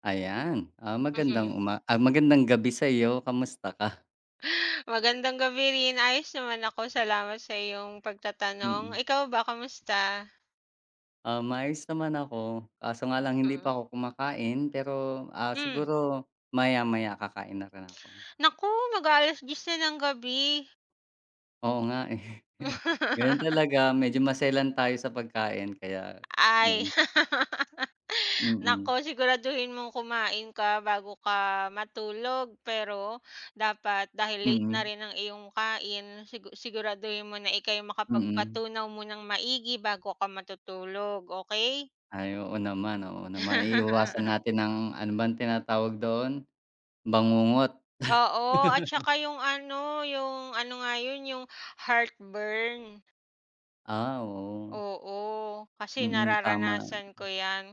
Ayan, Mhm. Magandang gabi sa'yo, kamusta ka? Magandang gabi rin. Ayos naman ako, salamat sa iyong pagtatanong. Mm. Ikaw ba, kamusta? Maayos naman ako, kaso nga lang hindi Mhm. pa Mm. ako kumakain pero, Hmm, siguro maya-maya kakain na rin ako. naku, mag a alas na ng gabi. Oo nga, eh. Ganun talaga medyo maselan tayo sa pagkain kaya Ay, 'yan, mm, naku, siguraduhin mong kumain ka bago ka matulog. Pero dapat dahil late na mm, rin ang iyong kain, siguraduhin mo na ika'y mm. makapagpatunaw mo ng maigi bago ka matutulog, okay? Ay, oo naman, oo naman. Iiwasan natin ang ano bang tinatawag doon, bangungot. Oo, at saka yung ano nga yun, yung heartburn. Oo, Oo, kasi mm, tama. nararanasan ko 'yan.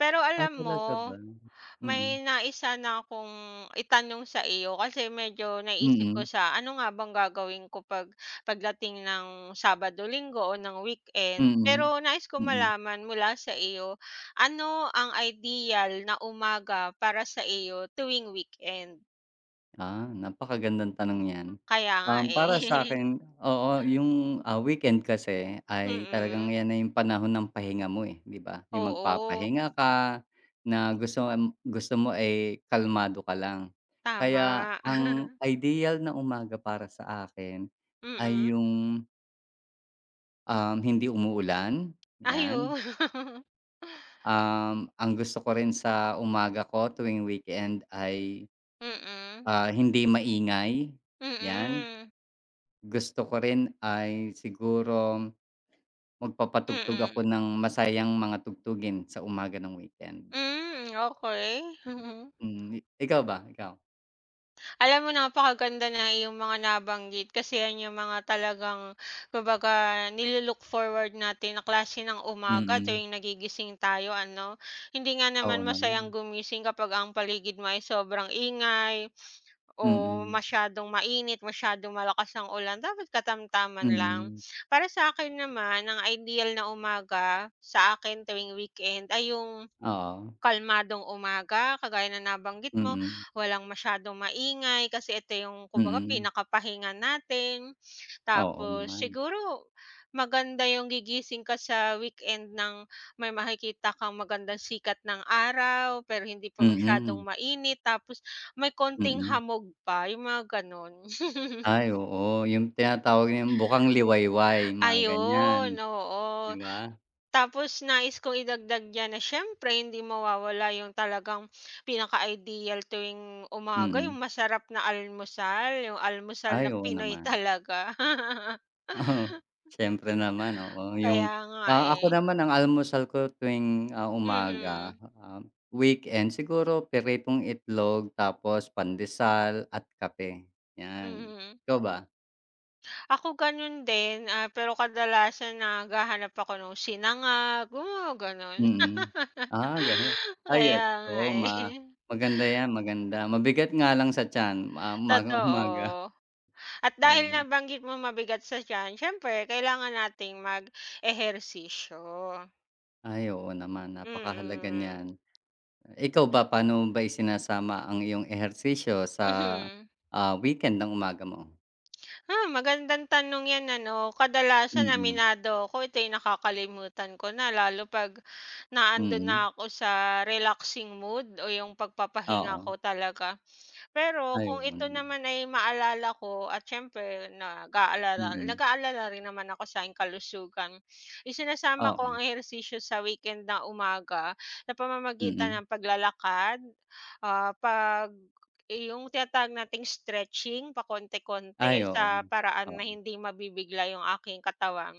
Pero Ah, alam mo, talaga ba? may Mm. nais na akong itanong sa iyo kasi medyo naisip ko Mm, sa ano nga bang gagawin ko 'pag pagdating ng Sabado, Linggo o ng weekend? Pero mm, nais ko mm. malaman mula sa iyo, ano ang ideal na umaga para sa iyo tuwing weekend? Napakagandang tanong 'yan. Kaya nga Um, eh. para sa'kin oo, yung, weekend kasi ay talagang Mm. 'yan na yung panahon ng pahinga mo, eh, 'di ba? Yung Oo, magpapahinga ka na gusto mo, eh, kalmado ka lang. Kaya tama. ang ideal na umaga para sa akin Mm. ay yung, hindi umuulan, 'yan. Ayun. Ang gusto ko rin sa umaga ko tuwing weekend ay Mm, hindi maingay, 'yan. mm, Gusto ko rin ay siguro magpapatugtog ako mm. ng masayang mga tugtugin sa umaga ng weekend. Hmm, okey. Mhm. Mm, ikaw ba, ikaw? Alam mo napakaganda ng iyong mga nabanggit kasi yan yung mga talagang kumbaga nilo forward natin na klase ng umaga Mm, tuwing nagigising tayo ano? Hindi nga naman oo naman. masayang gumising kapag ang paligid mo ay sobrang ingay. O Mm, masyadong mainit, masyadong malakas ang ulan, dapat katamtaman lang. mm, Para sa akin naman, ang ideal na umaga, sa akin tuwing weekend ay yung oo. kalmadong umaga kagaya na nabanggit mo, Mm, walang masyadong maingay kasi ito yung kumbaga mm, pinakapahinga natin. oo Tapos naman. siguro maganda yung gigising ka sa weekend ng may makikita kang magandang sikat ng araw, pero hindi pa masyadong Mm, mainit tapos may konting mm. hamog pa, yung mga gano'n. Ay, oo, yung tinatawag niyang bukang liwayway, mga ganyan, Ayun, oo. 'di ba? Tapos nais kong idagdag diyan na siyempre hindi mawawala yung talagang pinaka-ideal tuwing umaga, yung Mm. masarap na almusal, yung almusal Ay, na oo Pinoy naman. talaga. Oo, siyempre naman, oo. Yung, Kaya nga, ako eh. naman ang almusal ko tuwing, umaga, Mhm, weekend siguro piritong itlog tapos pandesal at kape, 'yan. mhm. Ikaw ba? Ako gano'n din, pero kadalasan naghahanap ako ng sinangag, yung mga Mm. Gano'n. Ay, kaya yes. nga, Oo, eh. Maganda 'yan, maganda. Mabigat nga lang sa tiyan, Totoo. umagang-umaga, At dahil ayun. nabanggit mo mabigat sa tiyan, siyempre kailangan nating mag-ehersisyo. Ay, oo naman, napakahalaga Mm. niyan. Ikaw ba, paano mo ba isinasama ang iyong ehersisyo sa, Mhm. Weekend ng umaga mo? Magandang tanong 'yan ano. Kadalasan Mm, aminado ako ito'y nakakalimutan ko na lalo 'pag na mm. na ako sa relaxing mood o yung pagpapahinga Oo, ko talaga. Pero kung ito ayun. naman ay maalala ko at siyempre nag-aalala Mm, nag-aalala rin naman ako sa aking kalusugan. Isinasama ko oo, ang ehersisyo sa weekend na umaga sa pamamagitan mm. ng paglalakad, pag yung tinatawag nating stretching Ay, pakonti-konti oo. sa paraan Oo, na hindi mabibigla yung aking katawan.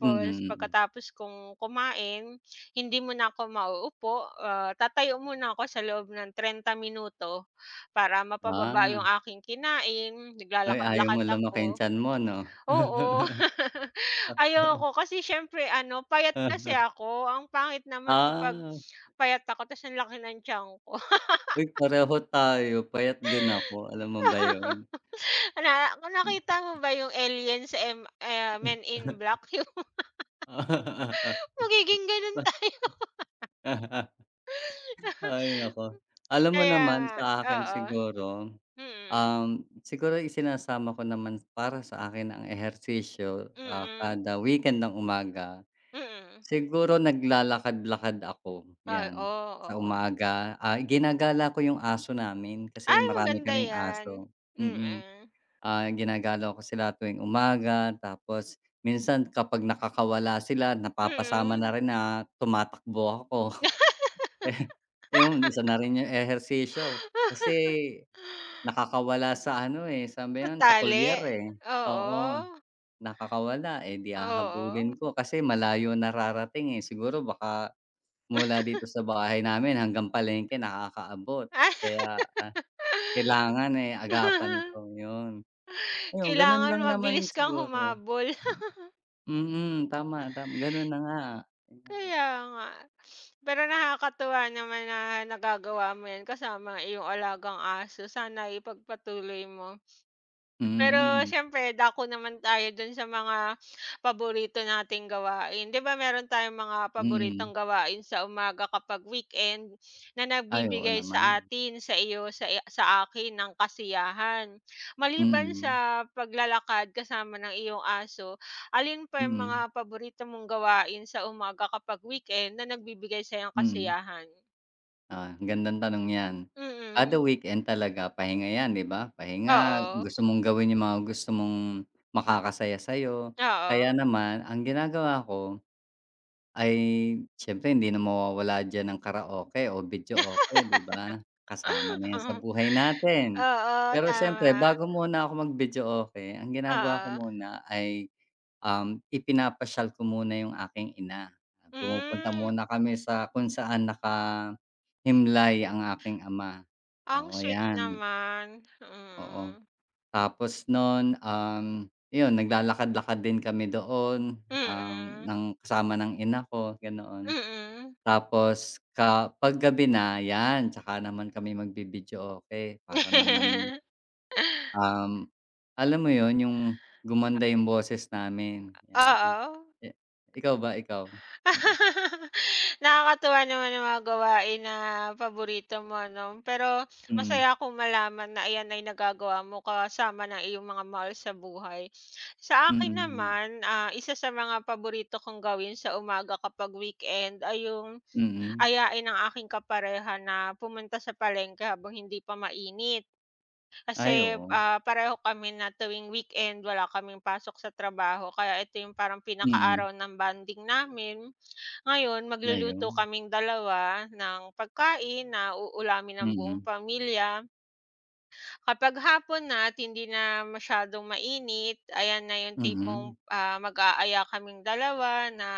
mm, mm. pagkatapos kong kumain, hindi muna ako mauupo, tatayo muna ako sa loob ng 30 minuto. Para mapababa Ah, yung aking kinain, ay ayaw mo naglalakad-lakad lumaki yung ako. tiyan mo 'no? Oo, ayoko kasi siyempre ano, payat kasi ako, ang pangit naman kapag Ah, payat ako ta's ang laki ng tiyan ko. uy pareho tayo, payat din ako, alam mo ba yun? Na nakita mo ba yung Alien sa Men in Black? Yung magiging gano'n tayo. Ay naku. Alam mo Kaya naman sa nga, akin oo. siguro Mm, Um, siguro isinasama ko naman para sa akin ang ehersisyo, mm, kada weekend ng umaga. mm. Siguro naglalakad-lakad ako, Ay, 'yan, oo, sa oo. umaga. Ginagala ko yung aso namin kasi Ay, marami maganda kaming 'yan. aso, mm. Mm, Ginagala ko sila tuwing umaga tapos minsan kapag nakakawala sila napapasama na mm. rin na tumatakbo ako. Eh, ayun, isa na rin yung ehersisyo. Kasi nakakawala sa ano, eh, sabi Sa no'n sa tali, kulyar, eh, oo, oo, nakakawala, eh, 'di oo. hahabulin ko kasi malayo nararating, eh, siguro baka mula dito sa bahay namin hanggang palengke nakakaabot kaya, kailangan, eh, agapan ko, 'yun. Ayun gano'n Kailangan lang mabilis naman kang siguro, humabol. mm, tama, gano'n na nga, ayun. Kaya nga. Pero nakakatuwa naman na nagagawa mo 'yan kasama ang iyong alagang aso. Sana ipagpatuloy mo. Pero Mm, siyempre dako naman tayo dun sa mga paborito nating gawain. 'Di ba meron tayong mga mm. paboritong gawain sa umaga kapag weekend na Ay, oo nagbibigay sa naman, atin, sa iyo, sa akin ng kasiyahan. Maliban sa mm, paglalakad kasama ng iyong aso, alin pa yung mga mm, paborito mong gawain sa umaga kapag weekend na nagbibigay sa sa'yong mm. kasiyahan? Ang gandang tanong 'yan. Kada Mm. weekend talaga pahinga 'yan, 'di ba? Pahinga, Oo. gusto mong gawin yung mga gusto mong makakasaya sa'yo. Kaya Oo. naman ang ginagawa ko ay siyempre hindi na mawawala diyan ang karaoke o videoke, 'di ba? Kasama na 'yan sa buhay natin. Oo, Pero siyempre tama. bago muna ako mag-videoke, ang ginagawa ko Oo. muna ay ipinapasyal ko muna yung aking ina. Pumupunta Hmm, muna kami sa kung saan nakahimlay ang aking ama. ang Oo, sweet 'yan, naman, oo. mm. Tapos no'n, 'yun naglalakad-lakad din kami doon, um, Mm, ng kasama ng ina ko, ganoon. mm. Tapos kapag gabi na 'yan, tsaka naman kami okay, para naman Um, alam mo yon yung gumanda yung boses namin, 'yan. Oo. Eh, ikaw ba, ikaw? Mm, Nakakatuwa naman yung mga gawain na paborito mo 'no, pero mm, masaya kung malaman na ayan ay nagagawa mo kasama ng iyong mga mahal sa buhay. Sa akin mm naman, naman, isa sa mga paborito kong gawin sa umaga kapag weekend ay yung, mm. ayain ang aking kapareha na pumunta sa palengke habang hindi pa mainit. Ay, Kasi, oo, pareho kami na tuwing weekend wala kaming pasok sa trabaho kaya ito yung parang mm, pinakaaraw ng bonding namin. Ngayon magluluto ayun, kaming dalawa ng pagkain na uulamin ng buong mm, pamilya. Kapag hapon na at hindi na masyadong mainit, ayan na yung tipong, mm, mag-aaya kaming dalawa na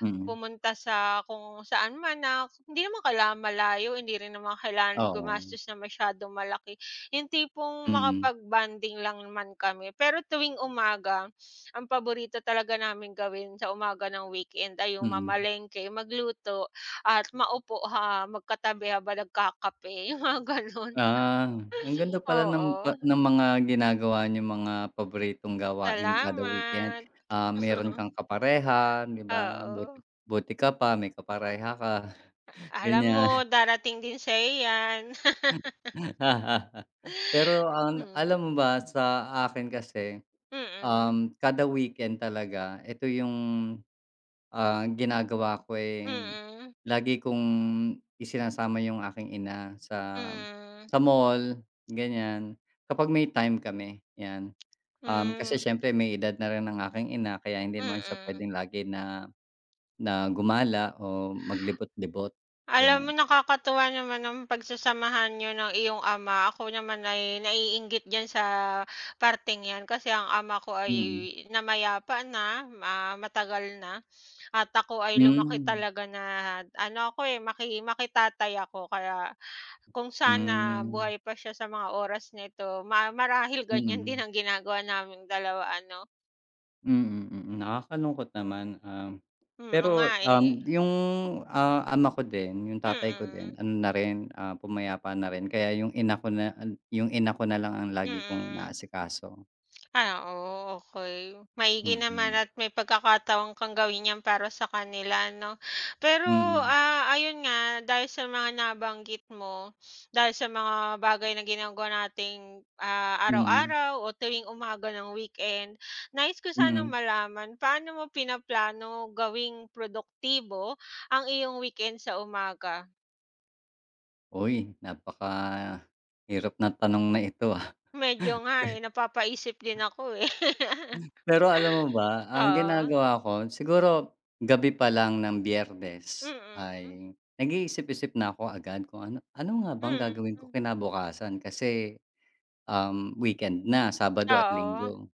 mm, pumunta sa kung saan man na hindi naman kailangan malayo, hindi rin naman kailangan oo, gumastos ng masyadong malaki, yung tipong mm, makapag-bonding lang naman kami. Pero tuwing umaga, ang paborito talaga namin gawin sa umaga ng weekend ay yung mm. mamalengke, magluto at maupo, ha, magkatabi habang nagkakape, yung mga gano'n. Ah, ang ganda pala ng Oo, ng mga ginagawa niyong mga paboritong gawain kada weekend. salamat. Meron kang kapareha, 'di ba? Oo. Buti buti ka pa, may kapareha ka, Alam mo ganyan. darating din sa'yo 'yan. Pero ang Hmm, alam mo ba sa akin kasi, mm, kada weekend talaga ito yung, ginagawa ko, eh, mm. lagi kong isinasama yung aking ina Mm, sa mall, ganyan. Kapag may time kami, 'yan. Kasi hmm, siyempre may edad na rin ang aking ina kaya hindi naman siya mm. puwedeng lagi na na gumala o maglibot-libot, Alam mo gano'n. nakakatuwa naman ang pagsasamahan niyo ng iyong ama. Ako naman ay naiinggit diyan sa parting 'yan kasi ang ama ko ay Mm. namayapa na, matagal na at ako ay lumaki Hmm. talaga na ano ako, eh, makitatay ako kaya kung sana Hmm. buhay pa siya sa mga oras nito marahil ganyan din Mm. ang ginagawa naming dalawa ano. Mm, mm. Nakakalungkot naman, Mm, oo nga, pero, eh. yung, ama ko din, yung Mm, tatay ko din mm. ano na rin, pumayapa na rin kaya yung ina ko na lang ang lagi kong Mm. inaasikaso. Oo, okey. Maigi naman Mm. at may pagkakataon kang gawin 'yan para sa kanila 'no. Pero, Mm. Ayun nga dahil sa mga nabanggit mo, dahil sa mga bagay na ginagawa nating, Mm. araw-araw o tuwing umaga ng weekend, nais ko sanang Mm. malaman paano mo pinaplano gawing produktibo ang iyong weekend sa umaga? Uy, napakahirap na tanong na ito, ah. Medyo nga, eh, napapaisip din ako, eh. Pero alam mo ba, ang Oo, ginagawa ko siguro gabi pa lang ng Biyernes mm, ay nag-iisip-isip na ako agad kung ano, ano nga bang gagawin mm. ko kinabukasan kasi weekend na, Sabado at Oo, Linggo.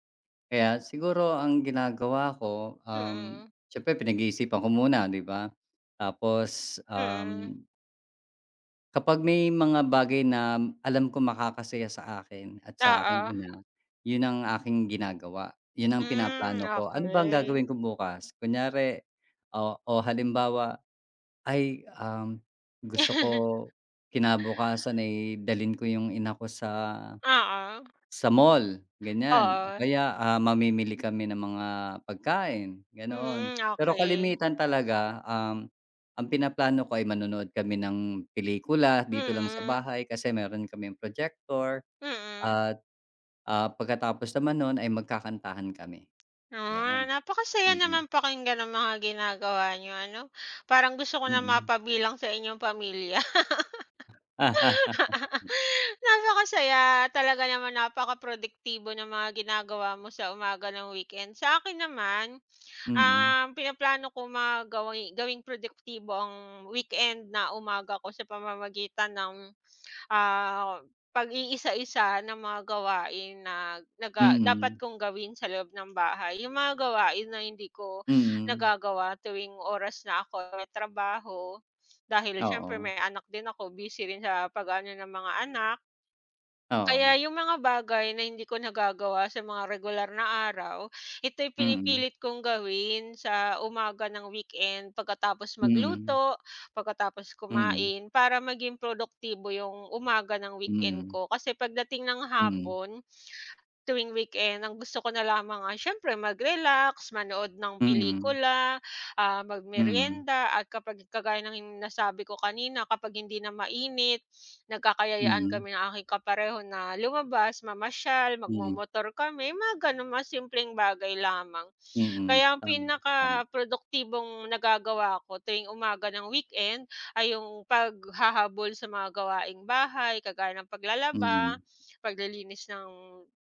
Kaya siguro ang ginagawa ko, mm, siyempre pinag-iisipan ko muna, 'di ba? Tapos, mm, kapag may mga bagay na alam ko makakasaya sa akin at sa aking oo, ina, 'yun ang aking ginagawa. 'Yun ang hmm, pinaplano ko. Ano ba ang okey. gagawin ko bukas? Kunyari o o halimbawa, ay, gusto ko kinabukasan ay dalin ko 'yung ina ko Oo, sa mall, ganyan. O oo, kaya, mamimili kami ng mga pagkain, ganoon. mm, Pero okey, kalimitan talaga, um, ang pinaplano ko ay manonood kami ng pelikula dito lang sa mm, bahay kasi meron kaming projector mm. at, pagkatapos naman nun ay magkakantahan kami, yun. Napakasaya Mm, naman pakinggan ang mga ginagawa niyo ano, parang gusto ko na mm. mapabilang sa inyong pamilya. Mm, mm, mm. Napakasaya, talaga naman napakaproduktibo ng mga ginagawa mo sa umaga ng weekend. Sa akin naman pinaplano ko gawing produktibo ang weekend na umaga ko sa pamamagitan ng, ah, pag-iisa-isa ng mga gawain na dapat kong gawin sa loob ng bahay. Yung mga gawain na hindi ko nagagawa tuwing oras na ako may trabaho, dahil siyempre Oo, may anak din ako, busy rin sa pag-aano ng mga anak. oo. Kaya yung mga bagay na hindi ko nagagawa sa mga regular na araw, ito'y Mm, pinipilit kong gawin sa umaga ng weekend pagkatapos mm, magluto, pagkatapos mm, kumain, para maging produktibo yung umaga ng weekend mm, ko. Kasi pagdating ng mm, hapon, tuwing weekend, ang gusto ko na lamang, siyempre mag-relax, manood ng mm, pelikula, mm, magmeryenda at kapag kagaya ng nasabi ko kanina, kapag hindi na mainit, nagkakayayaan mm. kami ng aking kapareho na lumabas, mamasyal, Mm, magmomotor kami, mga gano'n, mga simpleng bagay lamang. mm. Kaya ang Tama, tama. pinaka produktibong nagagawa ko tuwing umaga ng weekend ay yung paghahabol sa mga gawaing bahay, kagaya ng paglalaba, Mm, paglilinis ng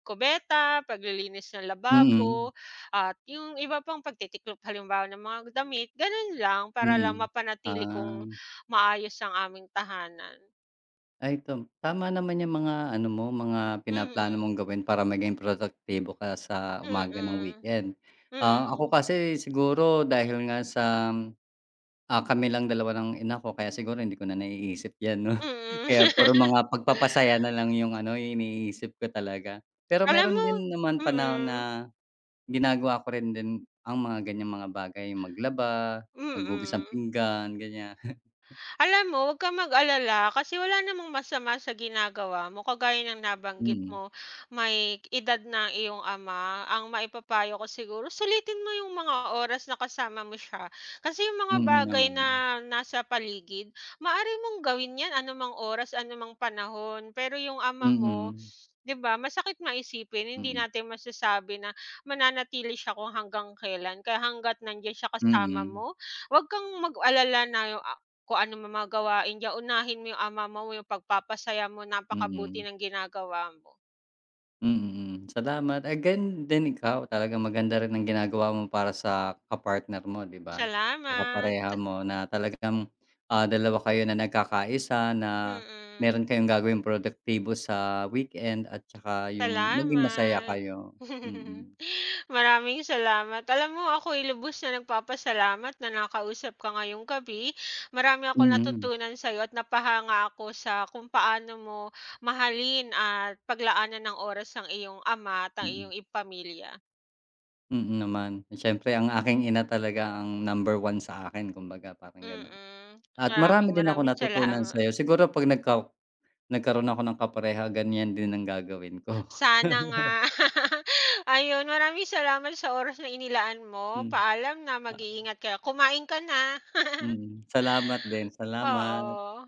kubeta, paglilinis ng mm, lababo, at yung iba pang pagtitiklop halimbawa ng mga damit, gano'n lang para lang mm. mapanatili Ah, kong maayos ang aming tahanan. ay tama naman yang mga ano mo, mga pinaplano Mm. mong gawin para maging produktibo ka sa umaga ng Mm, weekend. Ako mm, kasi siguro dahil nga sa, kami lang dalawa ng ina ko kaya siguro hindi ko na naiisip 'yan 'no. mm. Kaya puro mga pagpapasaya na lang yung ano, yung iniisip ko talaga. Pero Alam meron mo din naman panahon mm, na ginagawa ko rin din ang mga ganyang mga bagay, maglaba, maghugas ng mm. pinggan, ganyan. Alam mo huwag kang mag-alala kasi wala namang masama sa ginagawa mo kagaya ng nabanggit Mm, mo may edad na ang iyong ama. Ang maipapayo ko siguro sulitin mo yung mga oras na kasama mo siya kasi yung mga mm bagay naman. na nasa paligid maari mong gawin yan anumang oras, anumang panahon pero yung ama mo. Mm, 'Di ba masakit nga isipin, hindi mm, natin masasabi na mananatili siya kung hanggang kailan, kaya hangga't nandiyan siya kasama mo, mm, 'wag kang mag-alala na yung, kung ano man mga gawain niya, unahin mo yung ama mo, yung pagpapasaya mo, napakabuti mm, ng ginagawa mo. mm. Salamat. Again din ikaw, talagang maganda rin ang ginagawa mo para sa ka-partner mo, 'di ba? Sa Salamat, kapareha mo na talagang, dalawa kayo na nagkakaisa na mm. meron kayong gagawing produktibo sa weekend at saka yung maging masaya Salamat. kayo. Mm, Maraming salamat. Alam mo ako'y lubos na nagpapasalamat na nakausap ka ngayong gabi. Marami ako mm, mm. natutunan sa iyo at napahanga ako sa kung paano mo mahalin at paglaanan ng oras ang iyong ama at ang Mm. iyong pamilya. Mm naman. Siyempre ang aking ina talaga ang number one sa akin kumbaga parang gano'n. Mm. At Maraming marami din ako maraming natutunan salamat. sa'yo siguro 'pag nagkaroon ako ng kapareha ganyan din ang gagawin ko. Sana nga. Ayun, maraming salamat sa oras na inilaan mo. Hmm, Paalam na, ah, mag-iingat ka. Kumain ka na. mm. Salamat din, salamat. Oo.